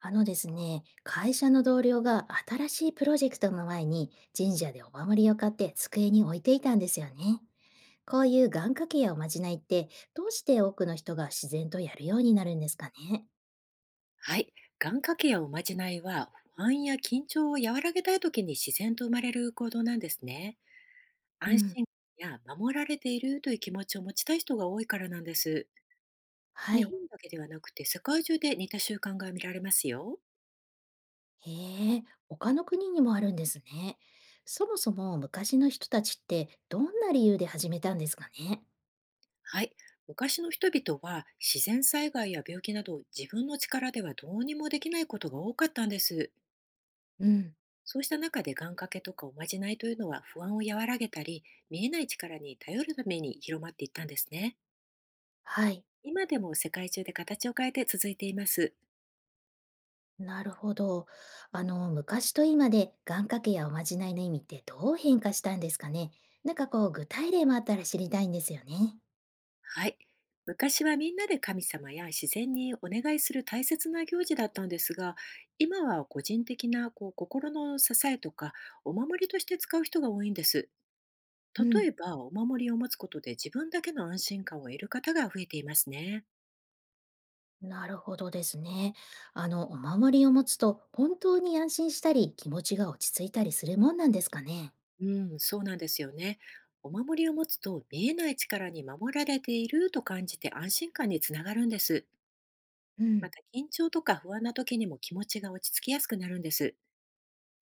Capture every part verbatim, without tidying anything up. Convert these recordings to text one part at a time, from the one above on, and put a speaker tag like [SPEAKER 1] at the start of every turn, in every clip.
[SPEAKER 1] あのですね、会社の同僚が新しいプロジェクトの前に神社でお守りを買って机に置いていたんですよね。こういう願掛けやおまじないって、どうして多くの人が自然とやるようになるんですかね？
[SPEAKER 2] はい。願掛けやおまじないは、不安や緊張を和らげたい時に自然と生まれる行動なんですね。
[SPEAKER 1] う
[SPEAKER 2] 安
[SPEAKER 1] ん。
[SPEAKER 2] 心感や守られているという気持ちを持ちたい人が多いからなんです。
[SPEAKER 1] は
[SPEAKER 2] 日
[SPEAKER 1] い。
[SPEAKER 2] 本だけではなくて世界中で似た習慣が見られますよ。
[SPEAKER 1] へえ、他の国にもあるんですね。そもそも昔の人たちってどんな理由で始めたんですかね？
[SPEAKER 2] はい。昔の人々は自然災害や病気など自分の力ではどうにもできないことが多かったんです。
[SPEAKER 1] うん。
[SPEAKER 2] そうした中で願掛けとかおまじないというのは不安を和らげたり、見えない力に頼るために広まっていったんですね。
[SPEAKER 1] はい。
[SPEAKER 2] 今でも世界中で形を変えて続いています。
[SPEAKER 1] なるほど。あの、昔と今で願掛けやおまじないの意味ってどう変化したんですかね。なんかこう、具体例もあったら知りたいんですよね。
[SPEAKER 2] はい。昔はみんなで神様や自然にお願いする大切な行事だったんですが、今は個人的なこう心の支えとかお守りとして使う人が多いんです。
[SPEAKER 1] う
[SPEAKER 2] 例
[SPEAKER 1] ん、
[SPEAKER 2] えば、お守りを持つことで自分だけの安心感を得る方が増えていますね。
[SPEAKER 1] なるほどですね。あの、お守りを持つと本当に安心したり気持ちが落ち着いたりするもんなんですかね。
[SPEAKER 2] うん、そうなんですよね。お守りを持つと見えない力に守られていると感じて、安心感につながるんです。
[SPEAKER 1] う
[SPEAKER 2] ま
[SPEAKER 1] ん、
[SPEAKER 2] た緊張とか不安な時にも気持ちが落ち着きやすくなるんです。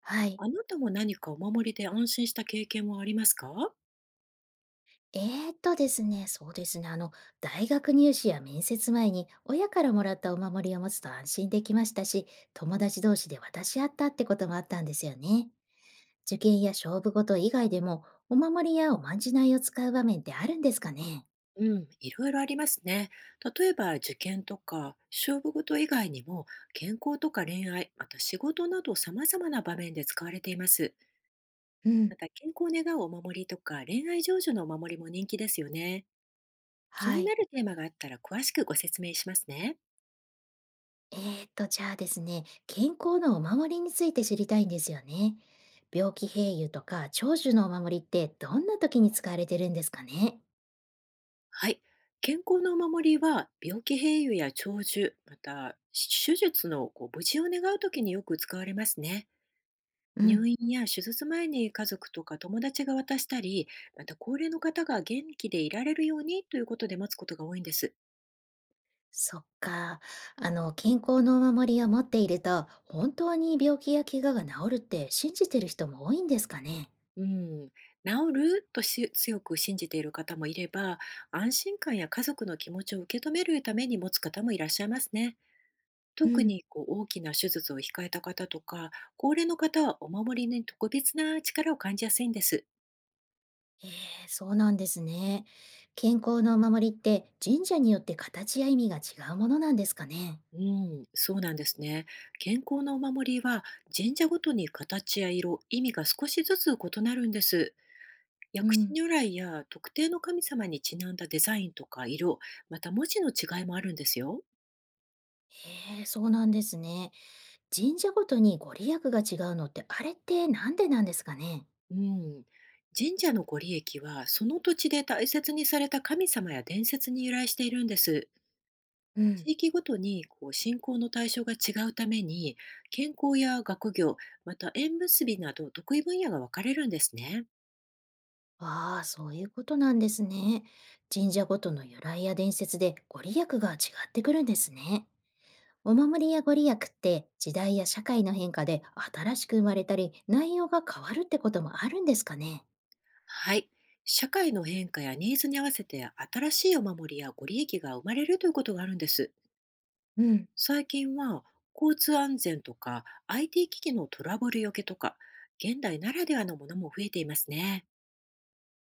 [SPEAKER 1] はい。
[SPEAKER 2] あなたも何かお守りで安心した経験はありますか？
[SPEAKER 1] えーっとですね、そうですね。あの、大学入試や面接前に親からもらったお守りを持つと安心できましたし、友達同士で渡し合ったってこともあったんですよね。受験や勝負事以外でも、お守りやおまんじないを使う場面ってあるんですかね？
[SPEAKER 2] うん、いろいろありますね。例えば受験とか勝負事以外にも、健康とか恋愛、また仕事など様々な場面で使われています。
[SPEAKER 1] う
[SPEAKER 2] ま
[SPEAKER 1] ん、
[SPEAKER 2] た健康を願うお守りとか恋愛成就のお守りも人気ですよね。気
[SPEAKER 1] は
[SPEAKER 2] にな
[SPEAKER 1] い。
[SPEAKER 2] るテーマがあったら詳しくご説明しますね。
[SPEAKER 1] えーと、じゃあですね、健康のお守りについて知りたいんですよね。病気併誘とか長寿のお守りってどんな時に使われてるんですかね？
[SPEAKER 2] はい。健康のお守りは、病気併用や長寿、また手術のこう無事を願うときによく使われますね。
[SPEAKER 1] う
[SPEAKER 2] 入
[SPEAKER 1] ん、
[SPEAKER 2] 院や手術前に家族とか友達が渡したり、また高齢の方が元気でいられるようにということで待つことが多いんです。
[SPEAKER 1] そっか。あの、健康のお守りを持っていると、本当に病気や怪我が治るって信じてる人も多いんですかね？
[SPEAKER 2] うん、治るとし強く信じている方もいれば、安心感や家族の気持ちを受け止めるために持つ方もいらっしゃいますね。
[SPEAKER 1] う
[SPEAKER 2] 特
[SPEAKER 1] ん。
[SPEAKER 2] にこう大きな手術を控えた方とか、高齢の方はお守りに特別な力を感じやすいんです。
[SPEAKER 1] ええ、そうなんですね。健康のお守りって神社によって形や意味が違うものなんですかね。
[SPEAKER 2] うん、そうなんですね。健康なお守りは、神社ごとに形や色、意味が少しずつ異なるんです。
[SPEAKER 1] う
[SPEAKER 2] 薬師
[SPEAKER 1] ん、
[SPEAKER 2] 如来や特定の神様にちなんだデザインとか色、また文字の違いもあるんですよ。
[SPEAKER 1] へえ、そうなんですね。神社ごとにご利益が違うのって、あれってなんでなんですかね。
[SPEAKER 2] うん、神社のご利益は、その土地で大切にされた神様や伝説に由来しているんです。
[SPEAKER 1] うん、
[SPEAKER 2] 地域ごとにこう信仰の対象が違うために、健康や学業、また縁結びなど得意分野が分かれるんですね。
[SPEAKER 1] ああ、そういうことなんですね。神社ごとの由来や伝説でご利益が違ってくるんですね。お守りやご利益って時代や社会の変化で新しく生まれたり内容が変わるってこともあるんですかね。
[SPEAKER 2] はい。社会の変化やニーズに合わせて、新しいお守りやご利益が生まれるということがあるんです。
[SPEAKER 1] うん。
[SPEAKER 2] 最近は交通安全とか アイティー 機器のトラブルよけとか、現代ならではのものも増えていますね。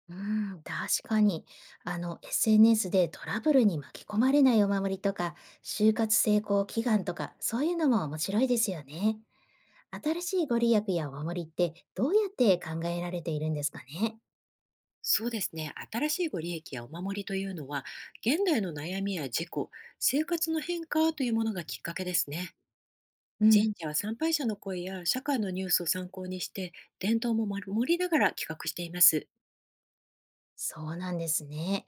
[SPEAKER 1] うーん、確かに。あの、エスエヌエス でトラブルに巻き込まれないお守りとか、就活成功祈願とか、そういうのも面白いですよね。新しいご利益やお守りってどうやって考えられているんですかね？
[SPEAKER 2] そうですね。新しいご利益やお守りというのは、現代の悩みや事故、生活の変化というものがきっかけですね。
[SPEAKER 1] うん、
[SPEAKER 2] 神社は参拝者の声や社会のニュースを参考にして、伝統も守りながら企画しています。
[SPEAKER 1] そうなんですね。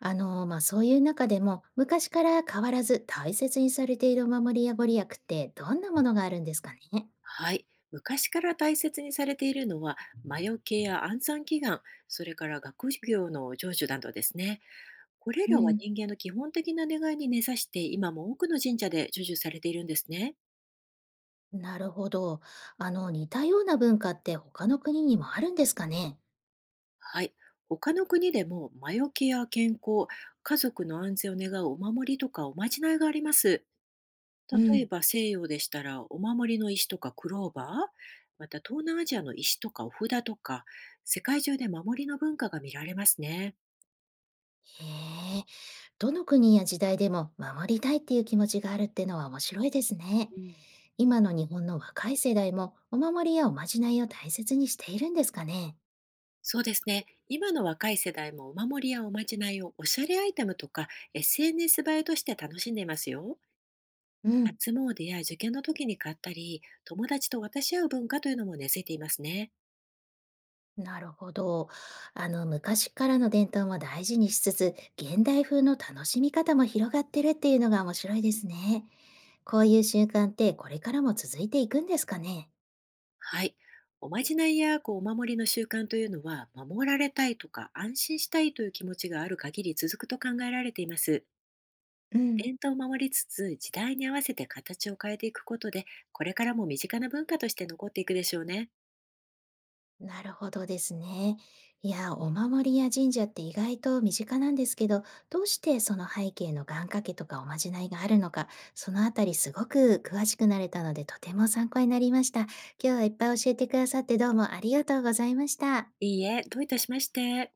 [SPEAKER 1] あの、まあ、そういう中でも、昔から変わらず大切にされているお守りやご利益ってどんなものがあるんですかね？
[SPEAKER 2] はい。昔から大切にされているのは、魔除けや安産祈願、それから学業の成就などですね。これ
[SPEAKER 1] う
[SPEAKER 2] らは
[SPEAKER 1] ん、
[SPEAKER 2] 人間の基本的な願いに根ざして、今も多くの神社で成就されているんですね。
[SPEAKER 1] なるほど。あの、似たような文化って他の国にもあるんですかね？
[SPEAKER 2] はい。他の国でも魔除けや健康、家族の安全を願うお守りとかおまじないがあります。
[SPEAKER 1] う
[SPEAKER 2] 例え
[SPEAKER 1] ん。
[SPEAKER 2] ば西洋でしたらお守りの石とかクローバー、また東南アジアの石とかお札とか、世界中で守りの文化が見られますね。
[SPEAKER 1] へえ、どの国や時代でも守りたいっていう気持ちがあるってのは面白いですね。
[SPEAKER 2] うん、
[SPEAKER 1] 今の日本の若い世代もお守りやおまじないを大切にしているんですかね。
[SPEAKER 2] そうですね。今の若い世代もお守りやおまじないをおしゃれアイテムとか エスエヌエス 映えとして楽しんでいますよ。
[SPEAKER 1] うん、
[SPEAKER 2] 初詣や受験の時に買ったり、友達と渡し合う文化というのも根付いていますね。
[SPEAKER 1] なるほど。あの、昔からの伝統も大事にしつつ、現代風の楽しみ方も広がってるっていうのが面白いですね。こういう習慣ってこれからも続いていくんですかね。
[SPEAKER 2] はい。おまじないやこうお守りの習慣というのは、守られたいとか安心したいという気持ちがある限り続くと考えられています。
[SPEAKER 1] うん。
[SPEAKER 2] 伝統を守りつつ、時代に合わせて形を変えていくことで、これからも身近な文化として残っていくでしょうね。
[SPEAKER 1] なるほどですね。いや、お守りや神社って意外と身近なんですけど、どうしてその背景の願掛けとかおまじないがあるのか、そのあたりすごく詳しくなれたので、とても参考になりました。今日はいっぱい教えてくださってどうもありがとうございました。
[SPEAKER 2] いいえ、どういたしまして。